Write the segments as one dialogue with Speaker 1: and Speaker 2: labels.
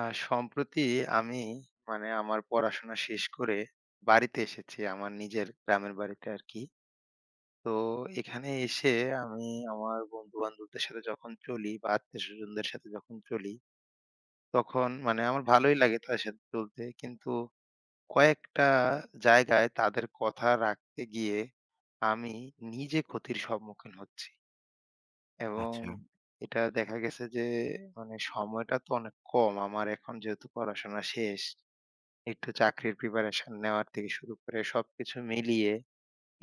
Speaker 1: আ সম্প্রতি আমি মানে আমার পড়াশোনা শেষ করে বাড়িতে এসেছি। আমার নিজের গ্রামের বাড়িতে আরকি। তো এখানে এসে আমি আমার বন্ধু-বান্ধবদের সাথে যখন চলি বা আত্মীয়স্বজনদের সাথে যখন চলি, তখন মানে আমার ভালোই লাগে তাদের সাথে চলতে। কিন্তু কয়েকটা জায়গায় তাদের কথা রাখতে গিয়ে আমি নিজে ক্ষতির সম্মুখীন হচ্ছি। এবং
Speaker 2: আচ্ছা।
Speaker 1: এটা দেখা গেছে যে মানে সময়টা তো অনেক কম। আমার এখন যেহেতু পড়াশোনা শেষ একটু চাকরির প্রিপারেশন নেওয়ার থেকে শুরু করে সবকিছু মিলিয়ে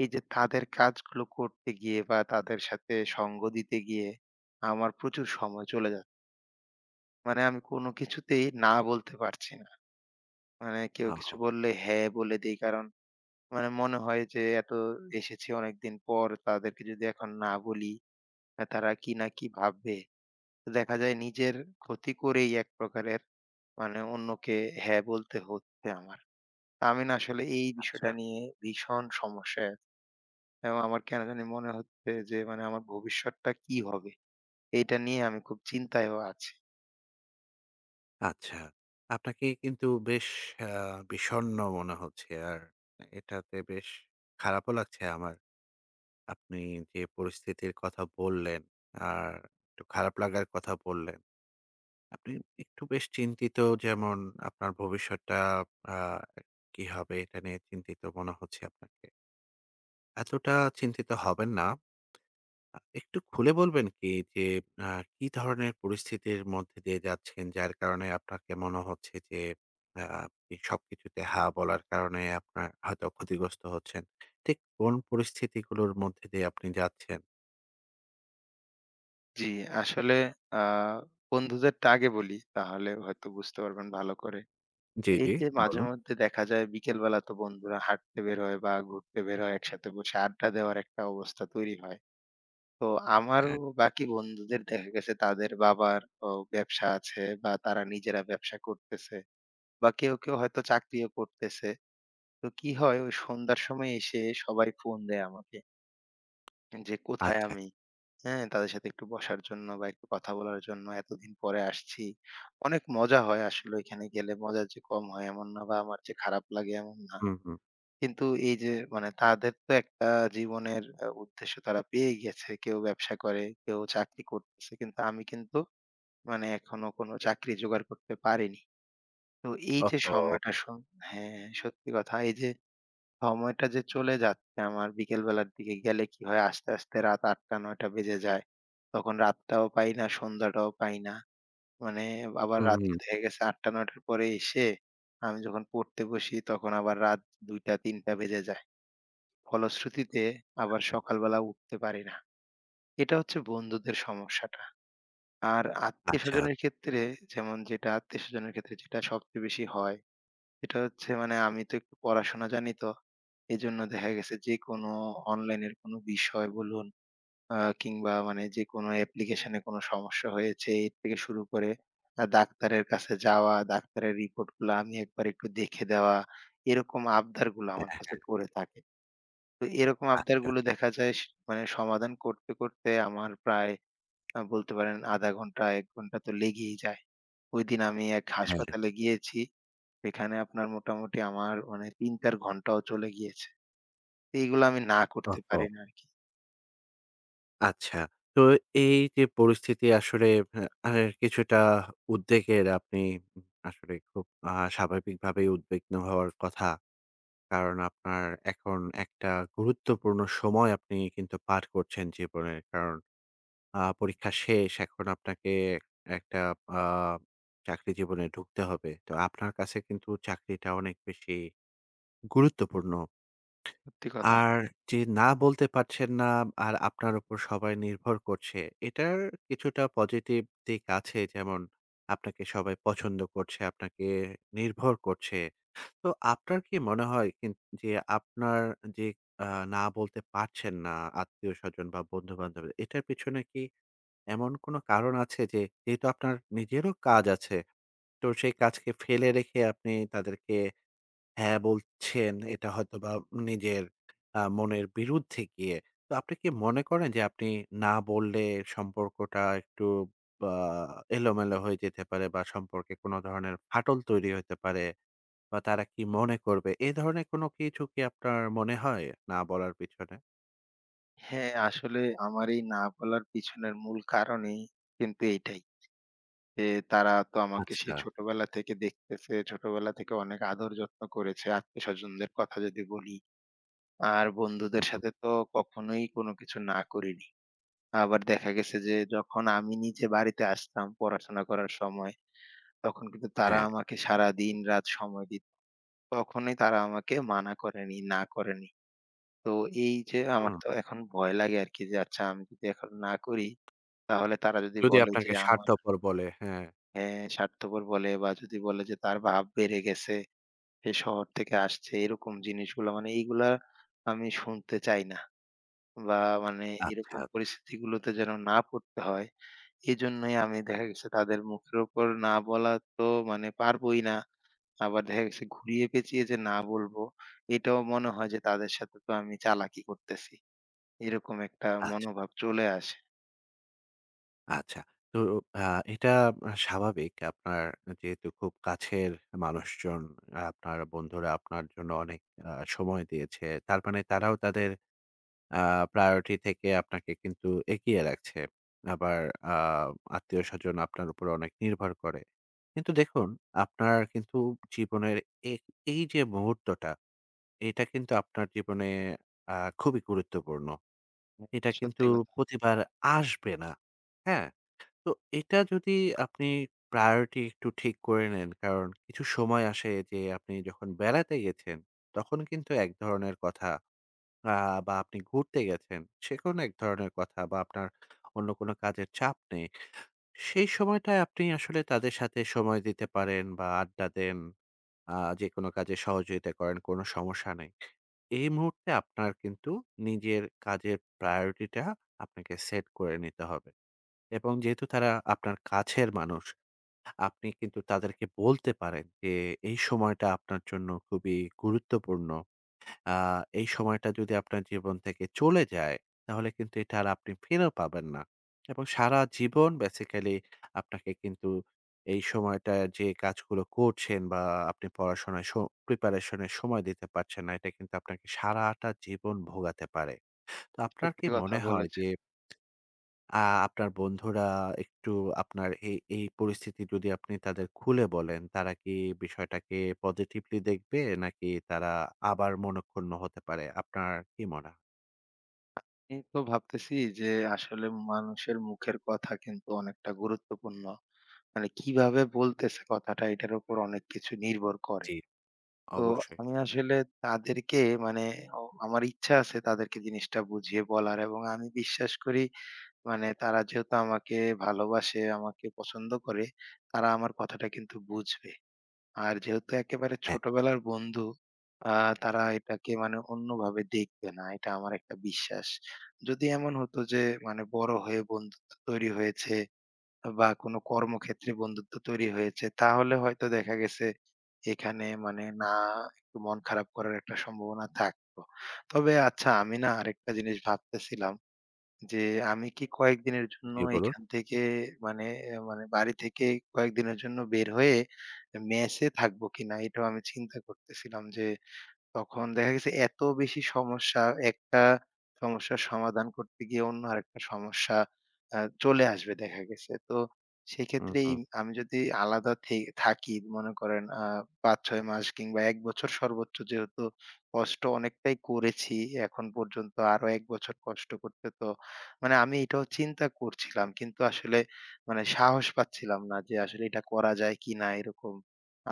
Speaker 1: এই যে তাদের কাজগুলো করতে গিয়ে বা তাদের সাথে সঙ্গ দিতে গিয়ে আমার প্রচুর সময় চলে যাচ্ছে। মানে আমি কোনো কিছুতেই না বলতে পারছি না। মানে কেউ কিছু
Speaker 2: ওহো!
Speaker 1: বললে হ্যাঁ বলে দেই। কারণ মানে মনে হয় যে এত এসেছি অনেকদিন পর তাদেরকে যদি এখন না বলি তারা কি না কি ভাববে। তো দেখা যায় নিজের ক্ষতি করেই এক প্রকারের মানে অন্যকে হ্যাঁ বলতে হচ্ছে আমার। আমি না আসলে এই
Speaker 2: আচ্ছা,
Speaker 1: বিষয়টা নিয়ে ভীষণ সমস্যায় আছি। এবং আমার কেন জানি মনে হচ্ছে যে মানে আমার ভবিষ্যৎটা কি হবে? এইটা নিয়ে আমি খুব চিন্তায়ও আছি।
Speaker 2: আচ্ছা। আপনাকে কিন্তু বেশ আ বিষণ্ণ মনে হচ্ছে। আর এটাতে বেশ খারাপও লাগছে আমার। আপনি যে পরিস্থিতির কথা বললেন, আর একটু খারাপ লাগার কথা বললেন। আপনি একটু বেশ চিন্তিত যেমন আপনার ভবিষ্যৎটা আ কি হবে এটা নিয়ে চিন্তিত মনে হচ্ছে আপনাকে। এতটা চিন্তিত হবেন না। একটু খুলে বলবেন কি যে, আ কি ধরনের পরিস্থিতির মধ্যে দিয়ে যাচ্ছেন? যার কারণে আপনাকে মনে হচ্ছে যে, আপনি সবকিছুতে হ্যাঁ বলার কারণে আপনার হয়তো ক্ষতিগ্রস্ত হচ্ছেন। ঠিক কোন পরিস্থিতিগুলোর মধ্যে দিয়ে আপনি যাচ্ছেন?
Speaker 1: জি, আসলে আ বন্ধুদেরটা আগে বলি তাহলে হয়তো বুঝতে পারবেন ভালো করে।
Speaker 2: জি,
Speaker 1: এই
Speaker 2: জি।
Speaker 1: যে
Speaker 2: বলুন।
Speaker 1: মাঝেমধ্যে দেখা যায় বিকেলবেলা তো বন্ধুরা হাঁটতে বের হয় বা ঘুরতে বের হয় একসাথে বসে আড্ডা দেওয়ার একটা অবস্থা তৈরি হয়। তো আমার
Speaker 2: হ্যাঁ।
Speaker 1: ও বাকি বন্ধুদের দেখা গেছে তাদের বাবার ও ব্যবসা আছে বা তারা নিজেরা ব্যবসা করতেছে। বা কেউ হয়তো চাকরিও করতেছে। তো কি হয় ওই সন্ধ্যার সময় এসে সবাই ফোন দেয় আমাকে যে, কোথায়
Speaker 2: আচ্ছা।
Speaker 1: আমি? হ্যাঁ? তাদের সাথে একটু বসার জন্য বা একটু কথা বলার জন্য এতদিন পরে আসছি। অনেক মজা হয় আসলে ওইখানে গেলে। মজা যে কম হয় এমন না বা আমার যে খারাপ লাগে এমন না।
Speaker 2: হুম, হুম।
Speaker 1: কিন্তু এই যে মানে তাদের তো একটা জীবনের উদ্দেশ্য তারা পেয়ে গেছে। কেউ ব্যবসা করে, কেউ চাকরি করতেছে। কিন্তু আমি কিন্তু মানে এখনো কোনো চাকরি জোগাড় করতে পারিনি। তো এই যে
Speaker 2: ওহহো!
Speaker 1: সময়টা হ্যাঁ, সত্যি কথা। এই যে সময়টা যে চলে যাচ্ছে আমার বিকেল বেলার দিকে গেলে কি হয় আস্তে, আস্তে রাত ৮ঃ০০-৯ঃ০০ বেজে যায়। তখন রাতটাও পাই না, সন্ধ্যাটাও পাই না। মানে আবার
Speaker 2: হুম,
Speaker 1: রাত্রে
Speaker 2: হুম।
Speaker 1: দেখা গেছে ৮ঃ০০-৯ঃ০০ পরে এসে আমি যখন পড়তে বসি তখন আবার রাত ২ঃ০০-৩ঃ০০ বেজে যায়। ফলশ্রুতিতে আবার সকালবেলা উঠতে পারি না। এটা হচ্ছে বন্ধুদের সমস্যাটা। আর
Speaker 2: আচ্ছা,
Speaker 1: আত্মীয়স্বজনের ক্ষেত্রে যেমন যেটা আত্মীয়স্বজনের ক্ষেত্রে যেটা সবচেয়ে বেশি হয়, সেটা হচ্ছে মানে আমি তো একটু পড়াশোনা জানি তো। এজন্য দেখা গেছে যেকোনো অনলাইনের কোনো বিষয় বলুন কিংবা মানে যেকোনো অ্যাপ্লিকেশনে কোনো সমস্যা হয়েছে এর থেকে শুরু করে ডাক্তারের কাছে যাওয়া, ডাক্তারের রিপোর্টগুলা আমি একবার একটু দেখে দেওয়া, এরকম আবদারগুলো আমার
Speaker 2: হ্যাঁ,
Speaker 1: কাছে করে থাকে। তো এরকম
Speaker 2: আচ্ছা।
Speaker 1: আবদারগুলো দেখা যায় মানে সমাধান করতে, করতে আমার প্রায় বলতে পারেন ০.৫ ঘন্টা ১ ঘন্টা তো লেগেই যায়। ওইদিন আমি এক
Speaker 2: হ্যাঁ।
Speaker 1: হাসপাতালে গিয়েছি, সেখানে আপনার মোটামুটি আমার মানে ৩-৪ ঘন্টাও চলে গিয়েছে। এইগুলো আমি না করতে
Speaker 2: ওহহো!
Speaker 1: পারি না আরকি।
Speaker 2: আচ্ছা। তো এই যে পরিস্থিতি আসলে আ কিছুটা উদ্বেগের আপনি আসলে খুব স্বাভাবিকভাবেই উদ্বিগ্ন হওয়ার কথা। কারণ আপনার এখন একটা গুরুত্বপূর্ণ সময় আপনি কিন্তু পার করছেন জীবনের। কারণ পরীক্ষা শেষ। এখন আপনাকে একটা আ চাকরি জীবনে ঢুকতে হবে। তো আপনার কাছে কিন্তু চাকরিটা অনেক বেশি গুরুত্বপূর্ণ।
Speaker 1: সত্যি কথা।
Speaker 2: আর যে না বলতে পারছেন না আর আপনার উপর সবাই নির্ভর করছে, এটার কিছুটা পজিটিভ দিক আছে। যেমন আপনাকে সবাই পছন্দ করছে, আপনাকে নির্ভর করছে। তো আপনার কি মনে হয় যে আপনার যে আ না বলতে পারছেন না আত্মীয়স্বজন বা বন্ধু-বান্ধব, এটার পেছনে কি এমন কোন কারণ আছে যে যেহেতু আপনার নিজেরও কাজ আছে, তো সেই কাজকে ফেলে রেখে আপনি তাদেরকে হ্যাঁ, বলছেন এটা হয়তোবা নিজের মনের বিরুদ্ধে গিয়ে। তো আপনি কি মনে করেন যে আপনি না বললে সম্পর্কটা একটু বা এলোমেলো হয়ে যেতে পারে বা সম্পর্কে কোনো ধরনের ফাটল তৈরি হতে পারে বা তারা কি মনে করবে? এ ধরনের কোনো কিছু কি আপনার মনে হয় না বলার পিছনে?
Speaker 1: হ্যাঁ, আসলে আমার এই না বলার পিছনের মূল কারণই কিন্তু এইটাই। যে তারা তো আমাকে সেই
Speaker 2: আচ্ছা।
Speaker 1: ছোটবেলা থেকে দেখতেছে, ছোটবেলা থেকে অনেক আদর যত্ন করেছে। আত্মীয়স্বজনদের কথা যদি বলি, আর
Speaker 2: হু,
Speaker 1: বন্ধুদের
Speaker 2: হু।
Speaker 1: সাথে তো কখনোই কোনো কিছু না করিনি। আবার দেখা গেছে যে যখন আমি নিজে বাড়িতে আসতাম পড়াশোনা করার সময়, তখন কিন্তু তারা
Speaker 2: হ্যাঁ।
Speaker 1: আমাকে সারাদিন রাত সময় দিত। কখনোই তারা আমাকে মানা করেনি, না করেনি। তো এই যে আমার
Speaker 2: হুম।
Speaker 1: তো এখন ভয় লাগে আরকি যে আচ্ছা আমি যদি এখন না করি তাহলে তারা যদি
Speaker 2: যদি
Speaker 1: বলে যে
Speaker 2: আপনাকে
Speaker 1: আমার
Speaker 2: স্বার্থপর বলে, হ্যাঁ।
Speaker 1: হ্যাঁ, স্বার্থপর বলে বা যদি বলে যে তার ভাব বেড়ে গেছে, সে শহর থেকে আসছে এরকম জিনিসগুলো মানে এইগুলা আমি শুনতে চাই না। বা মানে এরকম
Speaker 2: আচ্ছা,
Speaker 1: পরিস্থিতিগুলোতে যেন না পড়তে হয় এজন্যই আমি দেখা গেছে তাদের মুখের উপর না বলা তো মানে পারবোই না। আবার দেখা গেছে ঘুরিয়ে পেঁচিয়ে যে না বলবো এটাও মনে হয় যে তাদের সাথে তো আমি চালাকি করতেছি। এরকম একটা
Speaker 2: আচ্ছা।
Speaker 1: মনোভাব চলে আসে।
Speaker 2: আচ্ছা। তো আ এটা স্বাভাবিক। আপনার যেহেতু খুব কাছের মানুষজন, আপনার বন্ধুরা আপনার জন্য অনেক সময় দিয়েছে। তার মানে তারাও তাদের আ priority থেকে আপনাকে কিন্তু এগিয়ে রাখছে। আবার আ আত্মীয়স্বজন আপনার উপর অনেক নির্ভর করে। কিন্তু দেখুন, আপনার কিন্তু জীবনের এ এই যে মুহূর্তটা, এটা কিন্তু আপনার জীবনে আ খুবই গুরুত্বপূর্ণ।
Speaker 1: হ্যাঁ।
Speaker 2: এটা কিন্তু
Speaker 1: সত্যি কথা,
Speaker 2: প্রতিবার আসবে না। হ্যাঁ? তো এটা যদি আপনি প্রায়োরিটি একটু ঠিক করে নেন, কারণ কিছু সময় আসে যে আপনি যখন বেড়াতে গেছেন, তখন কিন্তু এক ধরনের কথা আ বা আপনি ঘুরতে গেছেন, সেখন এক ধরনের কথা বা আপনার অন্য কোনো কাজের চাপ নেই। সেই সময়টায় আপনি আসলে তাদের সাথে সময় দিতে পারেন বা আড্ডা দেন, আ যেকোনো কাজে সহযোগিতা করেন, কোনো সমস্যা নেই। এই মুহূর্তে আপনার কিন্তু নিজের কাজের প্রায়োরিটিটা আপনাকে সেট করে নিতে হবে। এবং যেহেতু তারা আপনার কাছের মানুষ, আপনি কিন্তু তাদেরকে বলতে পারেন যে, এই সময়টা আপনার জন্য খুবই গুরুত্বপূর্ণ। আ এই সময়টা যদি আপনার জীবন থেকে চলে যায়, তাহলে কিন্তু এটা আর আপনি ফিরেও পাবেন না। এবং সারা জীবন বেসিক্যালি আপনাকে কিন্তু এই সময়টা যে কাজগুলো করছেন বা আপনি পড়াশোনায় প্রিপারেশন এর সময় দিতে পারছেন না, এটা কিন্তু আপনাকে সারাটা জীবন ভোগাতে পারে। তো আপনার কি
Speaker 1: সত্যি কথা
Speaker 2: মনে হয় যে
Speaker 1: বলেছেন।
Speaker 2: আ আপনার বন্ধুরা একটু আপনার এই পরিস্থিতি যদি আপনি তাদের খুলে বলেন, তারা কি বিষয়টাকে পজিটিভলি দেখবে? নাকি তারা আবার মনঃক্ষুণ্ণ হতে পারে? আপনার কি মনে হয়?
Speaker 1: এই তো ভাবতেছি যে আসলে মানুষের মুখের কথা কিন্তু অনেকটা গুরুত্বপূর্ণ। মানে কিভাবে বলতেছে কথাটা এটার উপর অনেক কিছু নির্ভর করে।
Speaker 2: জি,
Speaker 1: তো
Speaker 2: অবশ্যই।
Speaker 1: আমি আসলে তাদেরকে মানে আমার ইচ্ছা আছে তাদেরকে জিনিসটা বুঝিয়ে বলার এবং আমি বিশ্বাস করি মানে তারা যেহেতু আমাকে ভালোবাসে, আমাকে পছন্দ করে, তারা আমার কথাটা কিন্তু বুঝবে। আর যেহেতু একেবারে
Speaker 2: হ্যাঁ,
Speaker 1: ছোটবেলার বন্ধু, আ তারা এটাকে মানে অন্যভাবে দেখবে না। এটা আমার একটা বিশ্বাস। যদি এমন হতো যে মানে বড় হয়ে বন্ধুত্ব তৈরি হয়েছে বা কোনো কর্মক্ষেত্রে বন্ধুত্ব তৈরি হয়েছে, তাহলে হয়তো দেখা গেছে এখানে মানে না একটু মন খারাপ করার একটা সম্ভাবনা থাকতো। তবে আচ্ছা আমি না আরেকটা জিনিস ভাবতেছিলাম যে আমি কি কয়েকদিনের জন্য
Speaker 2: জি হুম, বলুন।
Speaker 1: এখান থেকে মানে মানে বাড়ি থেকে কয়েকদিনের জন্য বের হয়ে মেসে থাকবো কিনা? এটাও আমি চিন্তা করতেছিলাম যে তখন দেখা গেছে এত বেশি সমস্যা, একটা সমস্যার সমাধান করতে গিয়ে অন্য আরেকটা সমস্যা আ চলে আসবে দেখা গেছে। তো
Speaker 2: হুম,
Speaker 1: সেক্ষেত্রে এই
Speaker 2: হুম।
Speaker 1: আমি যদি আলাদা থাকি মনে করেন ৫-৬ মাস কিংবা ১ বছর সর্বোচ্চ যেহেতু কষ্ট অনেকটাই করেছি এখন পর্যন্ত আরো ১ বছর কষ্ট করতে তো মানে আমি এটাও চিন্তা করছিলাম। কিন্তু আসলে মানে সাহস পাচ্ছিলাম না যে আসলে এটা করা যায় কিনা এরকম।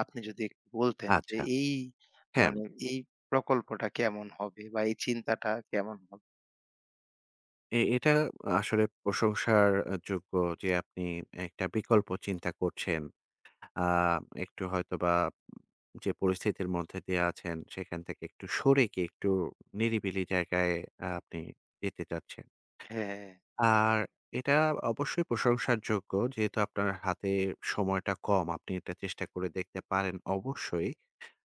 Speaker 1: আপনি যদি একটু বলতেন যে
Speaker 2: আচ্ছা।
Speaker 1: এই
Speaker 2: হ্যাঁ,
Speaker 1: মানে এই প্রকল্পটা কেমন হবে বা এই চিন্তাটা কেমন হবে?
Speaker 2: এটা আসলে প্রশংসার যোগ্য যে আপনি একটা বিকল্প চিন্তা করছেন। আ একটু হয়তোবা যে পরিস্থিতির মধ্যে দিয়ে আছেন, সেখান থেকে একটু সরে গিয়ে একটু নিরিবিলি জায়গায় আপনি যেতে চাচ্ছেন।
Speaker 1: হ্যাঁ,
Speaker 2: আর এটা অবশ্যই প্রশংসার যোগ্য। যেহেতু আপনার হাতে সময়টা কম, আপনি এটা চেষ্টা করে দেখতে পারেন অবশ্যই।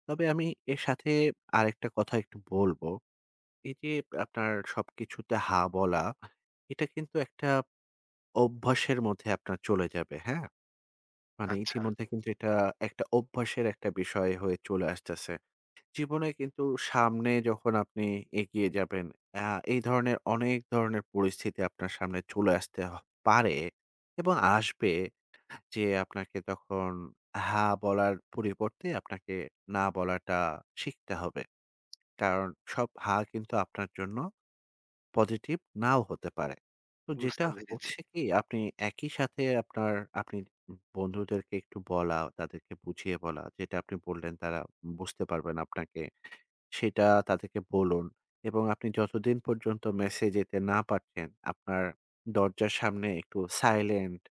Speaker 2: তবে আমি এর সাথে আরেকটা কথা একটু বলব। এই যে আপনার সবকিছুতে হা বলা, এটা কিন্তু একটা অভ্যাসের মধ্যে আপনার চলে যাবে, হ্যাঁ? মানে
Speaker 1: আচ্ছা
Speaker 2: ইতিমধ্যে কিন্তু এটা একটা অভ্যাসের একটা বিষয় হয়ে চলে আসতেছে। জীবনে কিন্তু সামনে যখন আপনি এগিয়ে যাবেন, আ এই ধরনের অনেক ধরনের পরিস্থিতি আপনার সামনে চলে আসতে পারে এবং আসবে যে আপনাকে তখন হ্যাঁ বলার পরিবর্তে আপনাকে না বলাটা শিখতে হবে। কারণ সব হ্যাঁ কিন্তু আপনার জন্য পজিটিভ নাও হতে পারে। তো
Speaker 1: বুঝতে
Speaker 2: যেটা
Speaker 1: পেরেছি,
Speaker 2: হচ্ছে কি আপনি একই সাথে আপনি বন্ধুদেরকে একটু বলা, তাদেরকে বুঝিয়ে বলা, যেটা আপনি বললেন তারা বুঝতে পারবেন আপনাকে, সেটা তাদেরকে বলুন এবং আপনি যতদিন পর্যন্ত মেসে যেতে না পারছেন, আপনার দরজার সামনে একটু সাইলেন্ট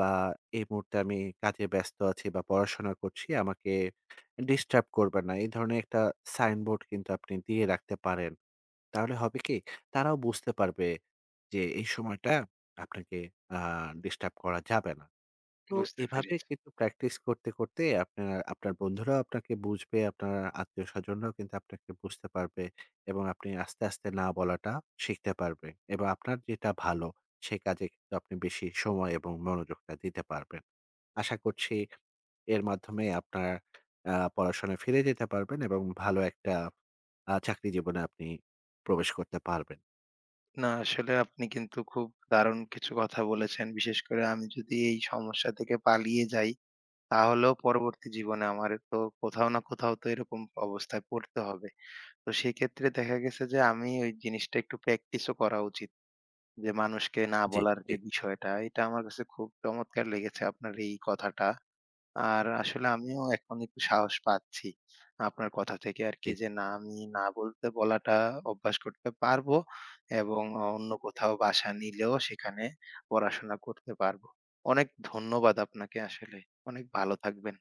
Speaker 2: বা এই মুহূর্তে আমি কাজে ব্যস্ত আছি বা পড়াশোনা করছি, আমাকে ডিস্টার্ব করবেন না। এই ধরনের একটা সাইনবোর্ড কিন্তু আপনি দিয়ে রাখতে পারেন। তাহলে হবে কি? তারাও বুঝতে পারবে যে এই সময়টা আপনাকে আ ডিস্টার্ব করা যাবে না। তো
Speaker 1: বুঝতে
Speaker 2: এভাবে
Speaker 1: পেরেছি।
Speaker 2: কিন্তু প্র্যাকটিস করতে, করতে আপনার আপনার বন্ধুরাও আপনাকে বুঝবে, আপনার আত্মীয়স্বজনরাও কিন্তু আপনাকে বুঝতে পারবে এবং আপনি আস্তে, আস্তে না বলাটা শিখতে পারবে এবং আপনার যেটা ভালো, সে কাজে কিন্তু আপনি বেশি সময় এবং মনোযোগটা দিতে পারবেন। আশা করছি এর মাধ্যমে আপনার পড়াশোনায় ফিরে যেতে পারবেন এবং ভালো একটা চাকরি জীবনে আপনি প্রবেশ করতে পারবেন।
Speaker 1: না আসলে আপনি কিন্তু খুব দারুণ কিছু কথা বলেছেন। বিশেষ করে আমি যদি এই সমস্যা থেকে পালিয়ে যাই, তাহলেও পরবর্তী জীবনে আমার তো কোথাও না কোথাও তো এরকম অবস্থায় পড়তে হবে। তো সেক্ষেত্রে দেখা গেছে যে আমি ওই জিনিসটা একটু প্র্যাকটিসও করা উচিত। যে মানুষকে না
Speaker 2: জি,
Speaker 1: বলার
Speaker 2: জি,
Speaker 1: যে বিষয়টা, এটা আমার কাছে খুব চমৎকার লেগেছে আপনার এই কথাটা। আর আসলে আমিও এখন একটু সাহস পাচ্ছি। আপনার কথা থেকে আরকি
Speaker 2: জি।
Speaker 1: যে না আমি না বলতে বলাটা অভ্যাস করতে পারবো এবং অন্য কোথাও বাসা নিলেও সেখানে পড়াশোনা করতে পারবো। অনেক ধন্যবাদ আপনাকে আসলে। অনেক ভালো থাকবেন।